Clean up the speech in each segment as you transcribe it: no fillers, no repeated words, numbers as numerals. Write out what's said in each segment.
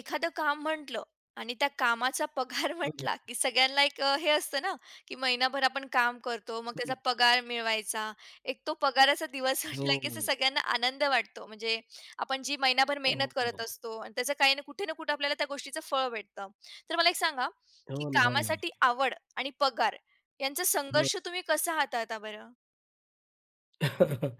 एखादं काम म्हटलं आणि त्या कामाचा पगार हं, हं. म्हटला, की सगळ्यांना एक हे असतं ना, की महिनाभर आपण काम करतो, मग हो त्याचा ना. पगार मिळवायचा. एक तो पगाराचा दिवस हो, म्हटला, हो, की असं हो. सगळ्यांना आनंद वाटतो. म्हणजे आपण जी महिनाभर मेहनत हो करत असतो आणि त्याचं काही ना कुठे ना कुठे आपल्याला त्या गोष्टीचं फळ भेटतं. तर मला एक सांगा, ना, की हो ना. कामासाठी आवड आणि पगार यांचा हो. संघर्ष तुम्ही कसा हाताळता बरं?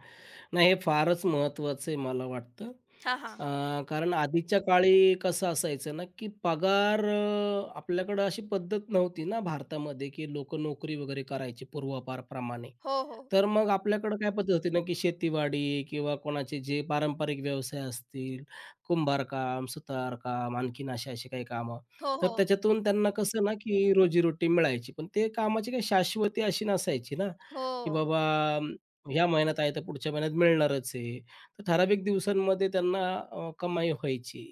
नाही हे फारच महत्वाचं आहे मला वाटतं. हां, हां. अ, कारण आधीच्या काळी कसं असायचं ना, की पगार आपल्याकडं अशी पद्धत नव्हती ना भारतामध्ये, की लोकं नोकरी वगैरे करायची पूर्वापारप्रमाणे. हो, हो. तर मग आपल्याकडं काय पद्धत होती ना, की शेतीवाडी किंवा कोणाचे जे पारंपरिक व्यवसाय असतील, कुंभारकाम, सुतारकाम, आणखीन अशी-अशी काही कामं. हो, तर हो. त्याच्यातून त्यांना कसं ना, की रोजीरोटी मिळायची. पण ते कामाची काही शाश्वती अशी नसायची ना, की हो. बाबा अं, ह्या महिन्यात आहे तर पुढच्या महिन्यात मिळणारच आहे. तर ठराविक दिवसांमध्ये त्यांना कमाई व्हायची.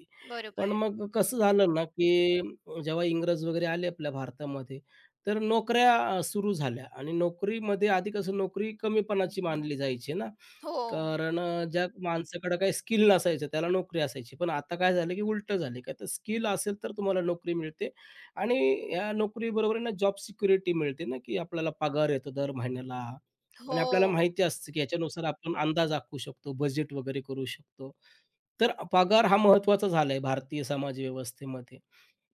पण बरोबर. मग कसं झालं ना, की जेव्हा इंग्रज वगैरे आले आपल्या भारतामध्ये, तर नोकऱ्या सुरू झाल्या आणि नोकरीमध्ये आधी कसं नोकरी कमीपणाची मानली जायची ना, हो. कारण ज्या माणसाकडे काही स्किल नसायचं त्याला नोकरी असायची. पण आता काय झालं, की उलटं झालं, की आता स्किल असेल तर तुम्हाला नोकरी मिळते आणि या नोकरीबरोबर आहे ना जॉब सिक्युरिटी मिळते ना, की आपल्याला पगार येतो दर महिन्याला आणि हो. आपल्याला माहिती असतं, की याच्यानुसार आपण अंदाज आखू शकतो, बजेट वगैरे करू शकतो. तर पगार हा महत्त्वाचा झाला भारतीय समाज व्यवस्थेमध्ये.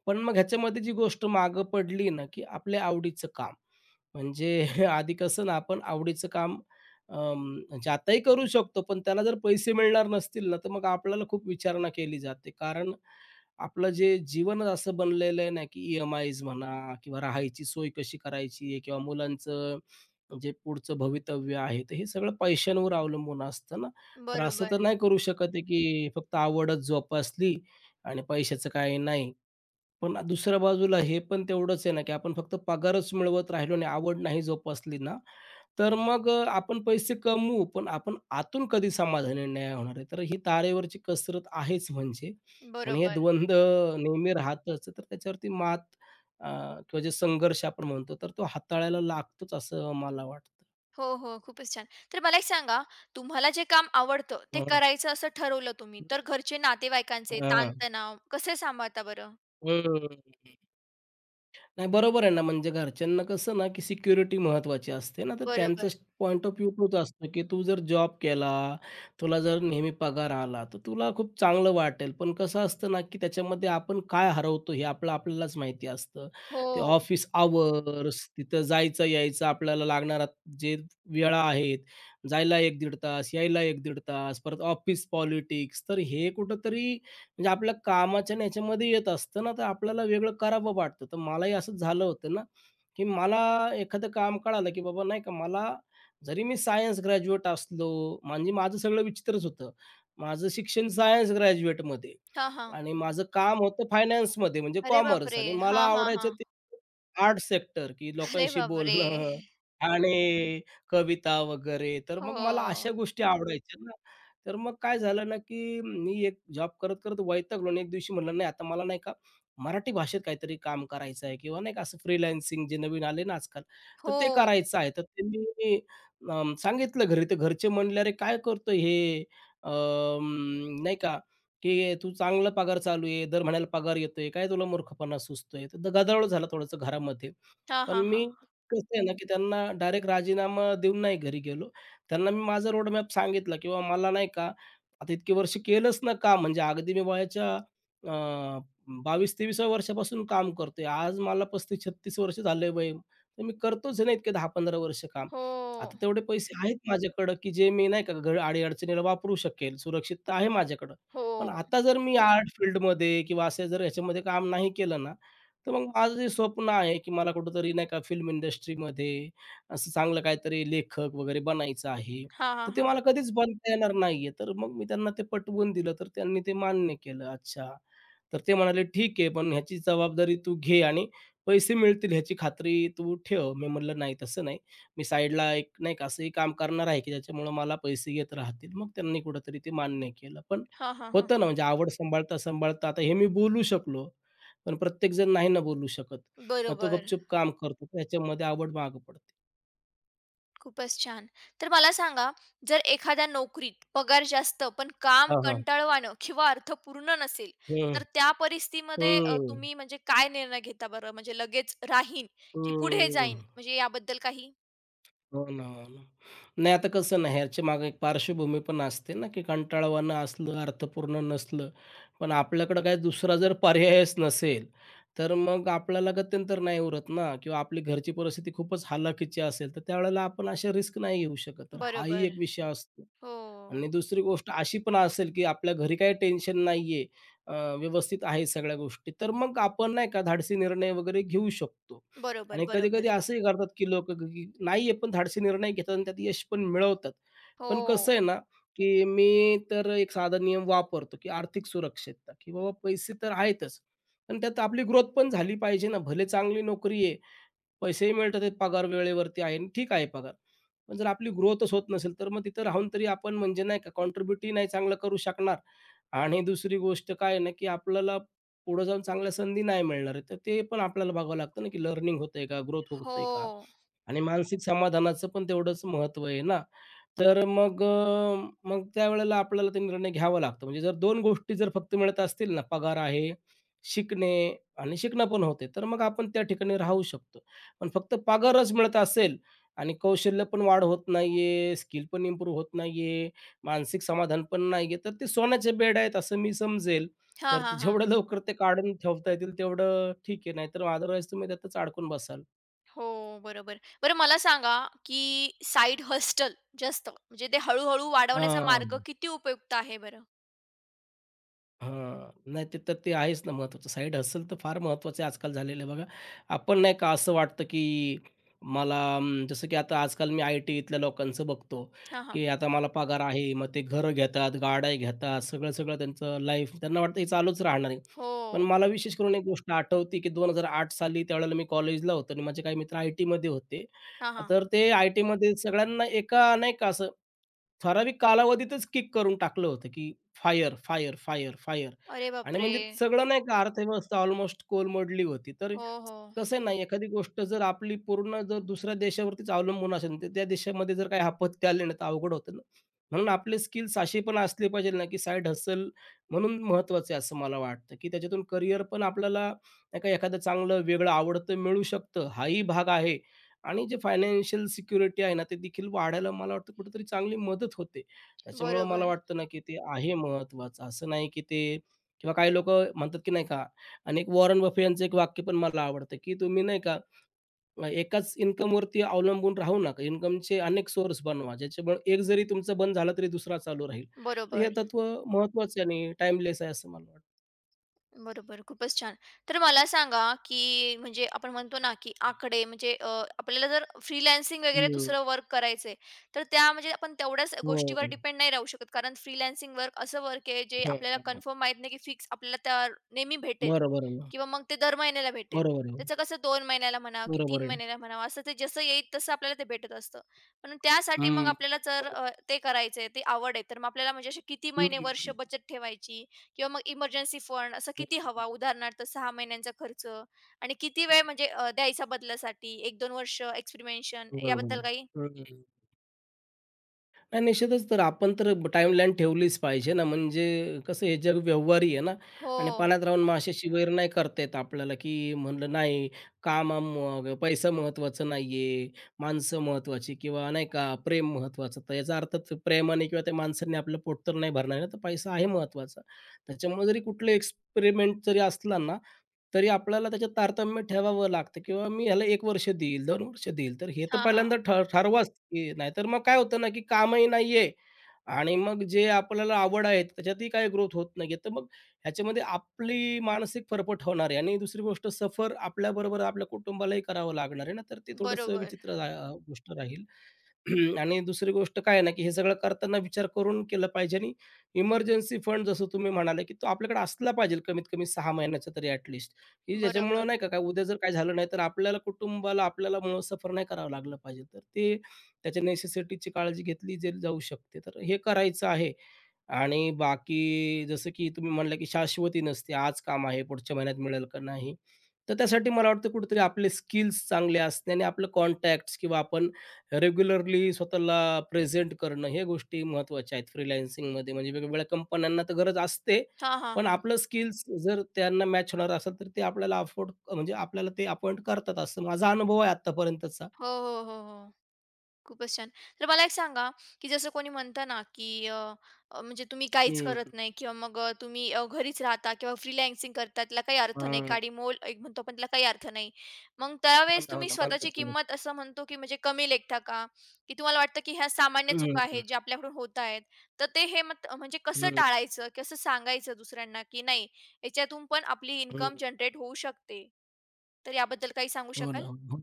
पण मग ह्याच्यामध्ये जी गोष्ट मागं पडली ना, की आपल्या आवडीचं काम. म्हणजे आधी कसं ना, आपण आवडीचं काम अं, म्हणजे आताही करू शकतो, पण त्याला जर पैसे मिळणार नसतील ना, तर मग आपल्याला खूप विचारणा केली जाते. कारण आपलं जे जीवनच असं बनलेलं आहे ना, की ई-एम-आयज म्हणा किंवा राहायची सोय कशी करायची किंवा मुलांचं जे पुढचं भवितव्य आहे, तर हे सगळं पैशांवर अवलंबून असतं ना. तर असं बरोबर. तर नाही करू शकत आहे, की फक्त आवडच जोपासली आणि पैशाचं काही नाही. पण दुसऱ्या बाजूला हे पण तेवढंच आहे ना, की आपण फक्त पगारच मिळवत राहिलो आणि आवड नाही जोपासली ना, तर मग आपण पैसे कमवू, पण आपण आतून कधी समाधानी नाही होणार आहे. तर ही तारेवरची कसरत आहेच म्हणजे. आणि हे बरोबर. द्वंद्व नेहमी राहतच. तर त्याच्यावरती मात अ, किंवा जे संघर्ष आपण म्हणतो, तर तो हाताळायला लागतोच असं मला वाटतं. हो, हो. खूपच छान. तर मला एक सांगा, तुम्हाला जे काम आवडतं ते हं. करायचं असं ठरवलं तुम्ही, तर घरचे नातेवाईकांचे हां. ताणतणाव कसे सांभाळता बरं? हं. नाही बरोबर आहे ना, म्हणजे घरच्यांना कसं ना, की सिक्युरिटी महत्त्वाची असते ना, तर बरोबर. त्यांचंच पॉइंट ऑफ व्ह्यू तोच असतो, की तू जर जॉब केला, तुला जर नेहमी पगार आला, तर तुला खूप चांगलं वाटेल. पण कसं असतं ना, की त्याच्यामध्ये आपण काय हरवतो हे आपलं आपल्यालाच माहिती असतं. हो. ते ऑफिस अवर्स, तिथं जायचं-यायचं, आपल्याला लागणारा जे वेळा आहेत, जायला 1 दीड तास, यायला 1 दीड तास, परत ऑफिस पॉलिटिक्स, तर हे कुठेतरी म्हणजे आपल्या कामाच्या ह्याच्यामध्ये येत असतं ना, तर आपल्याला वेगळं करावं वाटतं. तर मलाही असंच झालं होतं ना, की मला एखादं काम कळालं, की बाबा नाही का मला जरी मी सायन्स ग्रॅज्युएट असलो, म्हणजे माझं सगळं विचित्रच होतं. माझं शिक्षण सायन्स ग्रॅज्युएटमध्ये हां, हां. आणि माझं काम होतं फायनान्समध्ये म्हणजे अरे कॉमर्स बापरे! आणि मला हां, हां, आवडायचं हां. ते आर्ट सेक्टर, की अरे लोकांशी बापरे! बोलणं, गाणे, कविता वगैरे. तर हो. मग मला अशा गोष्टी आवडायच्या ना. तर मग काय झालं ना, की मी एक जॉब करत, करत वैतागलो आणि एक दिवशी म्हणलं, "नाही, आता मला नाही का मराठी भाषेत काहीतरी काम करायचं आहे किंवा नाही का असं फ्रीलान्सिंग जे नवीन आले ना आजकाल, तर ते हो. करायचं आहे." तर ते मी सांगितलं घरी. तर घरचे म्हणले, "अरे, काय करतोय हे? अं, नाही का की तू चांगला पगार चालू आहे, दर महिन्याला पगार येतोय, काय तुला मूर्खपणा सुचतोय?" तर गदारोळ झाला थोडंसं घरामध्ये. हां, पण हां, मी हां. कसं आहे ना, की त्यांना डायरेक्ट राजीनामा देऊन नाही घरी गेलो. त्यांना मी माझा रोडमॅप सांगितला किंवा मला नाही का, आता इतकी वर्ष केलंच ना काम म्हणजे अगदी मी वयाच्या अ, 22-23व्या वर्षापासून काम करतोय. आज मला 35-36 वर्ष झाले वय. तर मी करतोच आहे ना इतके 10-15 वर्ष काम. हो. आता तेवढे पैसे आहेत माझ्याकडं, की जे मी नाही का, घर अडी-अडचणीला वापरू शकेल. सुरक्षितता आहे माझ्याकडं. हो. पण आता जर मी आर्ट फील्डमध्ये किंवा असे जर ह्याच्यामध्ये काम नाही केलं ना, तर मग माझं जे स्वप्न आहे, की मला कुठेतरी नाही का फिल्म इंडस्ट्रीमध्ये असं चांगलं काहीतरी लेखक वगैरे बनायचं आहे, हां, हां, तर ते हां. मला कधीच बनता येणार नाहीये. तर मग मी त्यांना ते पटवून दिलं, तर त्यांनी ते मान्य केलं. अच्छा. तर ते म्हणाले, "ठीक आहे, पण ह्याची जबाबदारी तू घे आणि पैसे मिळतील ह्याची खात्री तू ठेव." मी म्हटलं, "नाही, तसं नाही. मी साईडला एक नाही का असंही काम करणार आहे, की ज्याच्यामुळं मला पैसे येत राहतील." मग त्यांनी कुठेतरी ते मान्य केलं. पण हां, हां, हां. होतं ना, म्हणजे आवड सांभाळता-सांभाळता आता हे मी बोलू शकलो, पण प्रत्येकजण नाही ना बोलू शकत. मग तो बरोबर. गपचूप काम करतो. त्याच्यामध्ये आवड मागे पडते. खूपच छान. तर मला सांगा, जर एखाद्या नोकरीत पगार जास्त, पण काम हां, हां. कंटाळवाणं किंवा अर्थपूर्ण नसेल, हं, तर त्या परिस्थितीमध्ये हं, तुम्ही म्हणजे काय निर्णय घेता बरं? म्हणजे लगेच राहीन, की पुढे हं. जाईन? म्हणजे याबद्दल काही? हो ना, हो ना. नाही आता कसं ना, ह्याच्या मागे एक पार्श्वभूमी पण असते ना, की कंटाळवाणं असलं, अर्थपूर्ण नसलं, पण आपल्याकडे काही दुसरा जर पर्यायच नसेल, तर मग आपल्याला गत्यंतर नाही उरत ना किंवा आपली घरची परिस्थिती खूपच हलाखीची असेल, तर त्यावेळेला आपण अशा रिस्क नाही घेऊ शकत. तर हाही बरोबर. एक विषय असतो. हो. आणि दुसरी गोष्ट अशी पण असेल, की आपल्या घरी काही टेन्शन नाहीये, अ, व्यवस्थित आहे सगळ्या गोष्टी, तर मग आपण नाही का धाडसी निर्णय वगैरे घेऊ शकतो. बरोबर, आणि कधी-कधी बरोबर. असंही करतात, की लोकं की नाहीये पण धाडसी निर्णय घेतात आणि त्यात यश पण मिळवतात. पण कसं हो, आहे ना, की मी तर एक साधा नियम वापरतो, की आर्थिक सुरक्षितता, की बाबा पैसे तर आहेतच, पण त्यात आपली ग्रोथ पण झाली पाहिजे ना. भले चांगली नोकरी आहे, पैसेही मिळतात आहेत, पगार वेळेवरती आहे आणि ठीक आहे पगार. पण जर आपली ग्रोथच होत नसेल, तर मग तिथं राहून तरी आपण म्हणजे नाही का कॉन्ट्रिब्यूटही नाही चांगलं करू शकणार आणि दुसरी गोष्ट काय आहे ना, की आपल्याला पुढे जाऊन चांगल्या संधी नाही मिळणार आहे. तर ते पण आपल्याला बघावं लागतं ना, की लर्निंग होतंय का? ग्रोथ होतंय हो. का? आणि मानसिक समाधानाचं पण तेवढंच महत्त्व आहे ना. तर मग त्यावेळेला आपल्याला ते निर्णय घ्यावा लागतो. म्हणजे जर दोन गोष्टी जर फक्त मिळत असतील ना, पगार आहे, शिकणे आणि शिकणं पण होते, तर मग आपण त्या ठिकाणी राहू शकतो. पण फक्त पगारच मिळत असेल आणि कौशल्य पण वाढ होत नाहीये, स्किल पण इम्प्रूव्ह होत नाहीये, मानसिक समाधान पण नाहीये, तर ते सोन्याचे बेड्या आहेत असं मी समजेल. हां, तर ते हां, हां. जेवढं लवकर ते काढून ठेवता येतील तेवढं ठीक आहे, नाहीतर अदरवाईज तुम्ही त्यातच अडकून बसाल. हो, बरोबर. बरं मला सांगा, की साइड हस्टल जास्त म्हणजे ते हळू वाढवण्याचा हां. मार्ग किती उपयुक्त आहे बरं? हां. नाही ते तर ते आहेच ना महत्त्वाचं. साइड हसल तर फार महत्त्वाचं आहे आजकाल झालेलं आहे बघा. आपण नाही का असं वाटतं, की मला जसं की आता आजकाल मी आय-टीतल्या लोकांचं बघतो, हां, हां. की आता मला पगार आहे. मग ते घरं घेतात, गाड्या घेतात, सगळं-सगळं त्यांचं लाईफ त्यांना वाटतं हे चालूच राहणार आहे. हो. पण मला विशेष करून एक गोष्ट आठवते, की 2008 साली त्यावेळेला मी कॉलेजला होतो आणि माझे काही मित्र आय-टीमध्ये होते. हां, हां. तर ते आय-टीमध्ये सगळ्यांना एका नाही का असं ठराविक कालावधीतच किक करून टाकलं होतं, की फायर, फायर, फायर, फायर. अरे आणि बापरे! म्हणजे सगळं नाही का अर्थव्यवस्था ऑलमोस्ट कोलमडली होती. तर हो, हो. कसं आहे एखादी गोष्ट जर आपली पूर्ण जर दुसऱ्या देशावरतीच अवलंबून असेल, तर त्या देशामध्ये जर काही आपत्ती आली ना, तर अवघड होतं ना. म्हणून आपले स्किल्स असे पण असले पाहिजे ना, की साइड हसल म्हणून महत्त्वाचे आहे असं मला वाटतं, की त्याच्यातून करिअर पण आपल्याला नाही का एखादं चांगलं वेगळं आवडतं मिळू शकतं, हाही भाग आहे. आणि जे फायनान्शियल सिक्युरिटी आहे ना, ते देखील वाढायला मला वाटतं कुठेतरी चांगली मदत होते. त्याच्यामुळं मला बरोबर, वाटतं ना, की ते आहे महत्त्वाचं. असं नाही की ते किंवा काही लोकं म्हणतात, की नाही का आणि एक वॉरन बफे यांचं एक वाक्य पण मला आवडतं, की तुम्ही नाही का एकाच इन्कमवरती अवलंबून राहू नका. इन्कमचे अनेक सोर्स बनवा. ज्याच्यामुळे एक जरी तुमचा बंद झाला तरी दुसरा चालू राहील. तर हे बरोबर. तत्व महत्त्वाचं आहे आणि टाईमलेस आहे असं मला वाटतं. बरोबर, खूपच छान. तर मला सांगा, की म्हणजे आपण म्हणतो ना, की आकडे म्हणजे आपल्याला जर फ्रीलान्सिंग वगैरे हं. दुसरं वर्क करायचंय, तर त्या म्हणजे आपण तेवढ्याच हो, गोष्टीवर हो. डिपेंड नाही राहू शकत. कारण फ्रीलान्सिंग वर्क असं वर्क आहे, जे आपल्याला हं, कन्फर्म माहीत नाही, की फिक्स आपल्याला त्या नेहमी भेटेल बरोबर आहे ना. किंवा मग ते दर महिन्याला भेटेल. बरोबर आहे. त्याचं कसं 2 महिन्याला म्हणा, की 3 बरोबर आहे. महिन्याला म्हणा, असं ते जसं येईल तसं आपल्याला ते भेटत असतं. पण त्यासाठी मग हं. आपल्याला जर ते करायचंय, ते आवड आहे, तर मग आपल्याला म्हणजे असे किती हं, महिने, वर्ष हं. बचत ठेवायची किंवा मग इमर्जन्सी फंड असं किती हवा उदाहरणार्थ 6 महिन्यांचा खर्च आणि किती वेळ म्हणजे द्यायचा बदलासाठी 1-2 वर्ष एक्सपेरिमेंशन बरोबर याबद्दल काही? आहे. हं. नाही, निश्चितच. तर आपण तर टाईमलाईन ठेवलीच पाहिजे ना, म्हणजे कसं हे जग व्यवहारी आहे ना हो. आणि पाण्यात राहून माशाशी वैर नाही करता येत आपल्याला, की म्हणलं नाही काम पैसा महत्त्वाचं नाहीये, माणसं महत्त्वाची किंवा नाही का प्रेम महत्त्वाचं. तर याचा अर्थ ते प्रेमाने किंवा त्या माणसाने आपलं पोट तर नाही भरणार ना, तर पैसा आहे महत्त्वाचा. त्याच्यामुळे जरी कुठलं एक्सपेरिमेंट जरी असला ना, तरी आपल्याला त्याच्यात तारतम्य ठेवावं लागतं किंवा मी ह्याला 1 वर्ष देईल, 2 वर्ष देईल. तर हे तर हां, पहिल्यांदा हां. ठरवाच की नाहीतर मग काय होतं ना, की कामही नाहीये आणि मग जे आपल्याला आवड आहे त्याच्यातही काही ग्रोथ होत नाहीये, तर मग ह्याच्यामध्ये आपली मानसिक फरफट होणार आहे आणि दुसरी गोष्ट सफर आपल्याबरोबर आपल्या कुटुंबालाही करावं लागणार आहे ना, तर ते थोडंसं बरोबर, विचित्र गोष्ट राहील. आणि दुसरी गोष्ट काय आहे ना, की हे सगळं करताना विचार करून केलं पाहिजे आणि इमर्जन्सी फंड जसं तुम्ही म्हणाले, की तो आपल्याकडे असला पाहिजे कमीत कमी 6 महिन्याचा तरी ॲटलीस्ट, की ज्याच्यामुळं बरोबर. नाही का, काय उद्या जर काय झालं नाही, तर आपल्याला कुटुंबाला आपल्याला मुळं सफर नाही करावं लागलं पाहिजे. तर ते त्याच्या नेसेसिटीची काळजी घेतली जे जाऊ शकते. तर हे करायचं आहे आणि बाकी जसं की तुम्ही म्हणला की शाश्वती नसते. आज काम आहे, पुढच्या महिन्यात मिळेल का नाही. तर त्यासाठी मला वाटतं कुठेतरी आपले स्किल्स चांगले असणे आणि आपलं कॉन्टॅक्ट्स किंवा आपण रेग्युलरली स्वतःला प्रेझेंट करणं, हे गोष्टी महत्त्वाच्या आहेत फ्रीलान्सिंगमध्ये. म्हणजे वेगवेगळ्या कंपन्यांना तर गरज असते, हां, हां, पण हां. आपलं स्किल्स जर त्यांना मॅच होणार असेल, तर ते आपल्याला अफोर्ड म्हणजे आपल्याला ते अपॉइंट करतात, असं माझा अनुभव आहे आत्तापर्यंतचा. हो, हो, हो, हो. खूपच छान. तर मला एक सांगा, की जसं कोणी म्हणतं ना, की अ, अ, म्हणजे तुम्ही काहीच हं. करत नाही किंवा मग तुम्ही घरीच राहता किंवा फ्रीलान्सिंग करता, त्याला काही अर्थ नाही, काडीमोल एक म्हणतो आपण त्याला काही अर्थ नाही. मग हो त्यावेळेस ना, हो तुम्ही ना. स्वतःची मालमत्ता. किंमत असं म्हणतो, की म्हणजे कमी लेखता का? की तुम्हाला वाटतं, की ह्या सामान्य हं, हं, चुका आहेत, हं, ज्या आपल्याकडून होत आहेत. तर ते हे मत म्हणजे कसं टाळायचं? कसं सांगायचं दुसऱ्यांना, की नाही याच्यातून पण आपली हं. इन्कम जनरेट होऊ शकते? तर याबद्दल काही सांगू हो ना. शकाल? हो.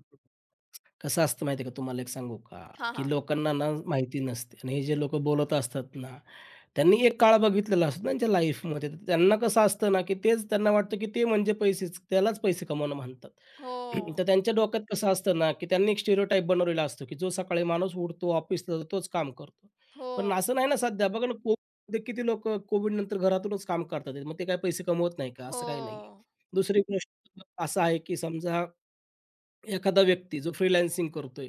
कसं असतं माहिती आहे का, तुम्हाला एक सांगू का, हां, की हां. लोकांना ना माहिती नसते आणि हे जे लोकं बोलत असतात ना, त्यांनी एक काळ बघितलेला असतो त्यांच्या लाईफमध्ये. तर त्यांना कसं असतं ना, की तेच त्यांना वाटतं, की ते म्हणजे पैसेच, त्यालाच पैसे कमावणं म्हणतात. हो, तर त्यांच्या डोक्यात कसं असतं ना, की त्यांनी एक स्टिरियोटाइप बनवलेला असतो, की जो सकाळी माणूस उठतो, ऑफिसला तोच काम करतो. हो. पण असं नाही ना सध्या बघा ना, कोविडमध्ये किती लोकं कोविडनंतर घरातूनच काम करतात मग ते काय पैसे कमवत नाही का? हो, असं काही नाहीये. दुसरी गोष्ट असं आहे, की समजा एखादा व्यक्ती जो फ्रीलान्सिंग करतोय,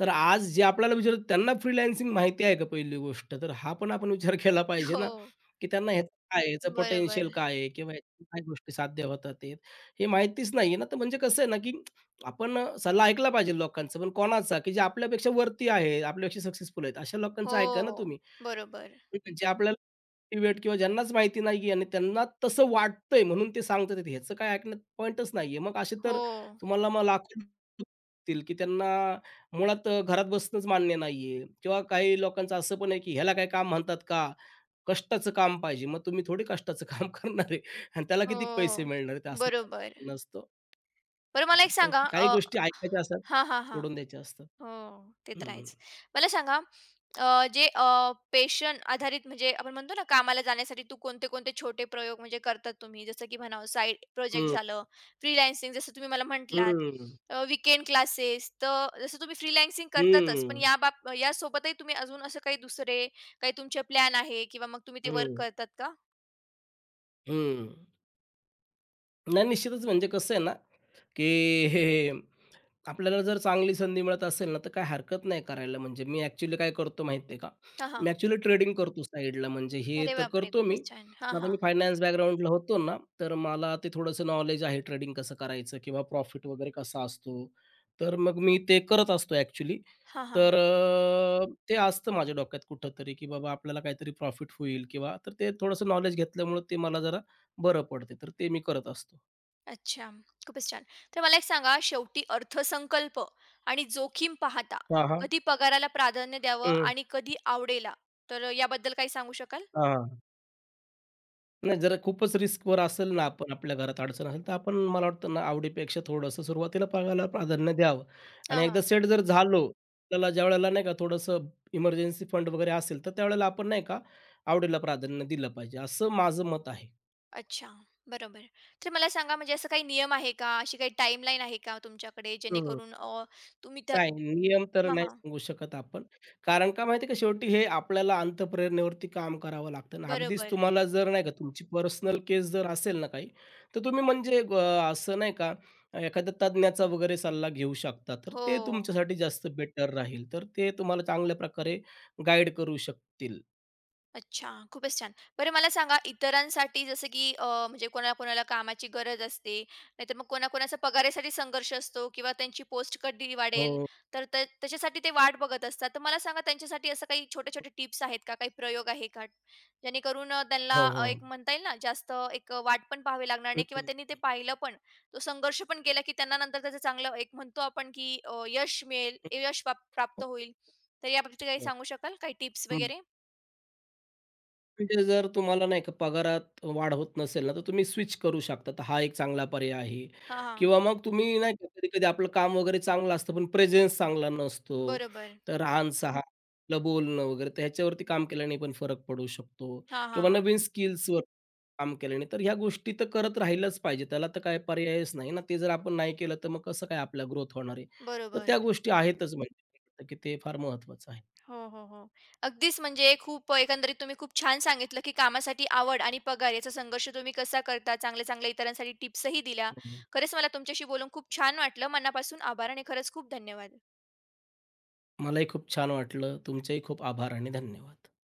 तर आज जे आपल्याला विचारतात त्यांना फ्रीलान्सिंग माहिती आहे का पहिली गोष्ट? तर हा पण आपण विचार केला पाहिजे ना, हो. की त्यांना ह्याचं काय आहे, याचं बरोबर. पोटेन्शियल काय आहे किंवा ह्याच्या काय गोष्टी साध्य होतात आहेत, हे माहितीच नाहीये ना. तर म्हणजे कसं आहे ना, की आपण सल्ला ऐकला पाहिजे लोकांचा, पण कोणाचा की जे आपल्यापेक्षा वरती आहे, आपल्यापेक्षा सक्सेसफुल आहेत, अशा लोकांचं ऐका ना हो, तुम्ही. बरोबर. म्हणजे आपल्याला मोटिव्हेट किंवा ज्यांनाच माहिती नाहीये आणि त्यांना तसं वाटतंय म्हणून ते सांगतात ते. ह्याचं काही ऐकण्यात पॉइंटच नाहीये. मग असे हो, तर तुम्हाला मग लाखो असतील, की त्यांना मुळात घरात बसणंच मान्य नाहीये किंवा काही लोकांचं असं पण आहे, की ह्याला काही काम म्हणतात का? कष्टाचं काम पाहिजे. मग तुम्ही थोडी कष्टाचं काम करणार आहे आणि त्याला किती पैसे हो. मिळणार आहेत? असं बरोबर. काही नसतं. बरं मला मला एक वाटतं, सांगा की अ काही गोष्टी ऐकायच्या असतात, हां, हां, हां. सोडून द्यायच्या असतात. हो, ते तर हं, आहेच. मला सांगा अ, जे अ, पेशन आधारित म्हणजे आपण म्हणतो ना कामाला जाण्यासाठी तू कोणते-कोणते छोटे प्रयोग म्हणजे करतात तुम्ही? जसं की म्हणा साइड प्रोजेक्ट हं, झालं, फ्रीलान्सिंग जसं तुम्ही मला म्हटलात, हं, अ, क्लासेस तर जसं तुम्ही फ्रीलान्सिंग करतातच, हं, पण या बाब यासोबतही तुम्ही अजून असं काही दुसरे काही तुमचे प्लॅन आहे किंवा मग तुम्ही ते वर्क हं, करतात का? हं. नाही, निश्चितच. म्हणजे कसं आहे ना, की हे आपल्याला जर चांगली संधी मिळत असेल ना, तर काही हरकत नाही करायला. म्हणजे मी ॲक्चुअली काय करतो माहिती आहे का? हां, हां. मी ॲक्चुअली ट्रेडिंग करतो साईडला. म्हणजे हे अरे तर बापरे! करतो मी. खूपच छान. हां, पण आता हां. मी फायनान्स बॅकग्राऊंडला होतो ना, तर मला ते थोडंसं नॉलेज आहे ट्रेडिंग कसं करायचं किंवा प्रॉफिट वगैरे कसा असतो. तर मग मी ते करत असतो ॲक्चुअली. हां, हां. तर ते असतं माझ्या डोक्यात कुठेतरी, की बाबा आपल्याला काहीतरी प्रॉफिट होईल किंवा तर ते थोडंसं नॉलेज घेतल्यामुळे ते मला जरा बरं पडते. तर ते मी करत असतो. अच्छा. खूपच छान. तर मला एक सांगा शेवटी अर्थसंकल्प आणि जोखीम पाहता हां, हां. कधी पगाराला प्राधान्य द्यावं हं. आणि कधी आवडेला, तर याबद्दल काही सांगू शकाल? हां, हां. नाही जरा खूपच रिस्कवर असेल ना आपण आपल्या घरात अडचण असेल, तर आपण मला वाटतं ना आवडीपेक्षा थोडंसं सुरुवातीला बघायला प्राधान्य द्यावं आणि हां, एकदा हां. सेट जर झालो, आपल्याला ज्यावेळेला नाही का थोडंसं इमर्जन्सी फंड वगैरे असेल, तर त्यावेळेला आपण नाही का आवडीला प्राधान्य दिलं पाहिजे, असं माझं मत आहे. अच्छा. बरोबर. तर मला सांगा म्हणजे असं काही नियम आहे का? अशी काही टाईमलाईन आहे का तुमच्याकडे हं. जेणेकरून तुम्ही त्या नाही, नियम तर हां, नाही हां. सांगू शकत आपण. कारण का माहिती का, शेवटी हे आपल्याला अंतःप्रेरणेवरती काम करावं लागतं ना. अगदीच बरोबर. तुम्हाला जर नाही का तुमची पर्सनल केस जर असेल ना काही, तर तुम्ही म्हणजे असं नाही का एखाद्या तज्ञाचा वगैरे सल्ला घेऊ शकता. तर हो. ते तुमच्यासाठी जास्त बेटर राहील. तर ते तुम्हाला चांगल्या प्रकारे गाईड करू शकतील. अच्छा, खूपच छान. बरं मला सांगा इतरांसाठी जसं की म्हणजे कोणाला-कोणाला कामाची गरज असते, नाहीतर मग कोणा-कोणाचा पगारासाठी संघर्ष असतो किंवा त्यांची पोस्ट कधी वाढेल, हो. तर त्या त्याच्यासाठी ते वाट बघत असतात. तर मला सांगा त्यांच्यासाठी असं काही छोटे-छोटे टिप्स आहेत का? काही प्रयोग आहे का? जेणेकरून हो, त्यांना हो. एक म्हणता येईल ना जास्त एक वाट पण पाहावी लागणार हं, नाही किंवा हं. त्यांनी ते पाहिलं पण, तो संघर्ष पण केला की त्यांना नंतर त्याचं चांगलं एक म्हणतो आपण की यश मिळेल, हं, प्राप्त होईल. तर याबाबतीत काही सांगू शकाल? काही टिप्स वगैरे? म्हणजे जर तुम्हाला नाही का पगारात वाढ होत नसेल ना, तर तुम्ही स्विच करू शकता. तर हा एक चांगला पर्याय आहे हां, हां. किंवा मग तुम्ही नाही का कधी-कधी आपलं काम वगैरे चांगलं असतं, पण प्रेझेन्स चांगला नसतो. बरोबर. तर राहणसहान, आपलं बोलणं वगैरे तर ह्याच्यावरती काम केल्याने पण फरक पडू शकतो हां, हां, किंवा हां. नवीन स्किल्सवर काम केल्याने. तर ह्या गोष्टी तर करत राहिलंच पाहिजे. त्याला तर काही पर्यायच नाही ना. ते जर आपण नाही केलं, तर मग कसं काय आपला ग्रोथ होणार आहे. तर बरोबर. त्या गोष्टी आहेतच म्हणजे की ते फार महत्त्वाचं आहे. हो, हो, हो. अगदीच म्हणजे खूप एकंदरीत तुम्ही खूप छान सांगितलं, की कामासाठी आवड आणि पगार याचा संघर्ष तुम्ही कसा करता. चांगल्या-चांगल्या इतरांसाठी टिप्सही दिल्या. हं, खरंच मला तुमच्याशी बोलून खूप छान वाटलं. मनापासून आभार आणि खरंच खूप धन्यवाद. मलाही खूप छान वाटलं. तुमचेही खूप आभार आणि धन्यवाद.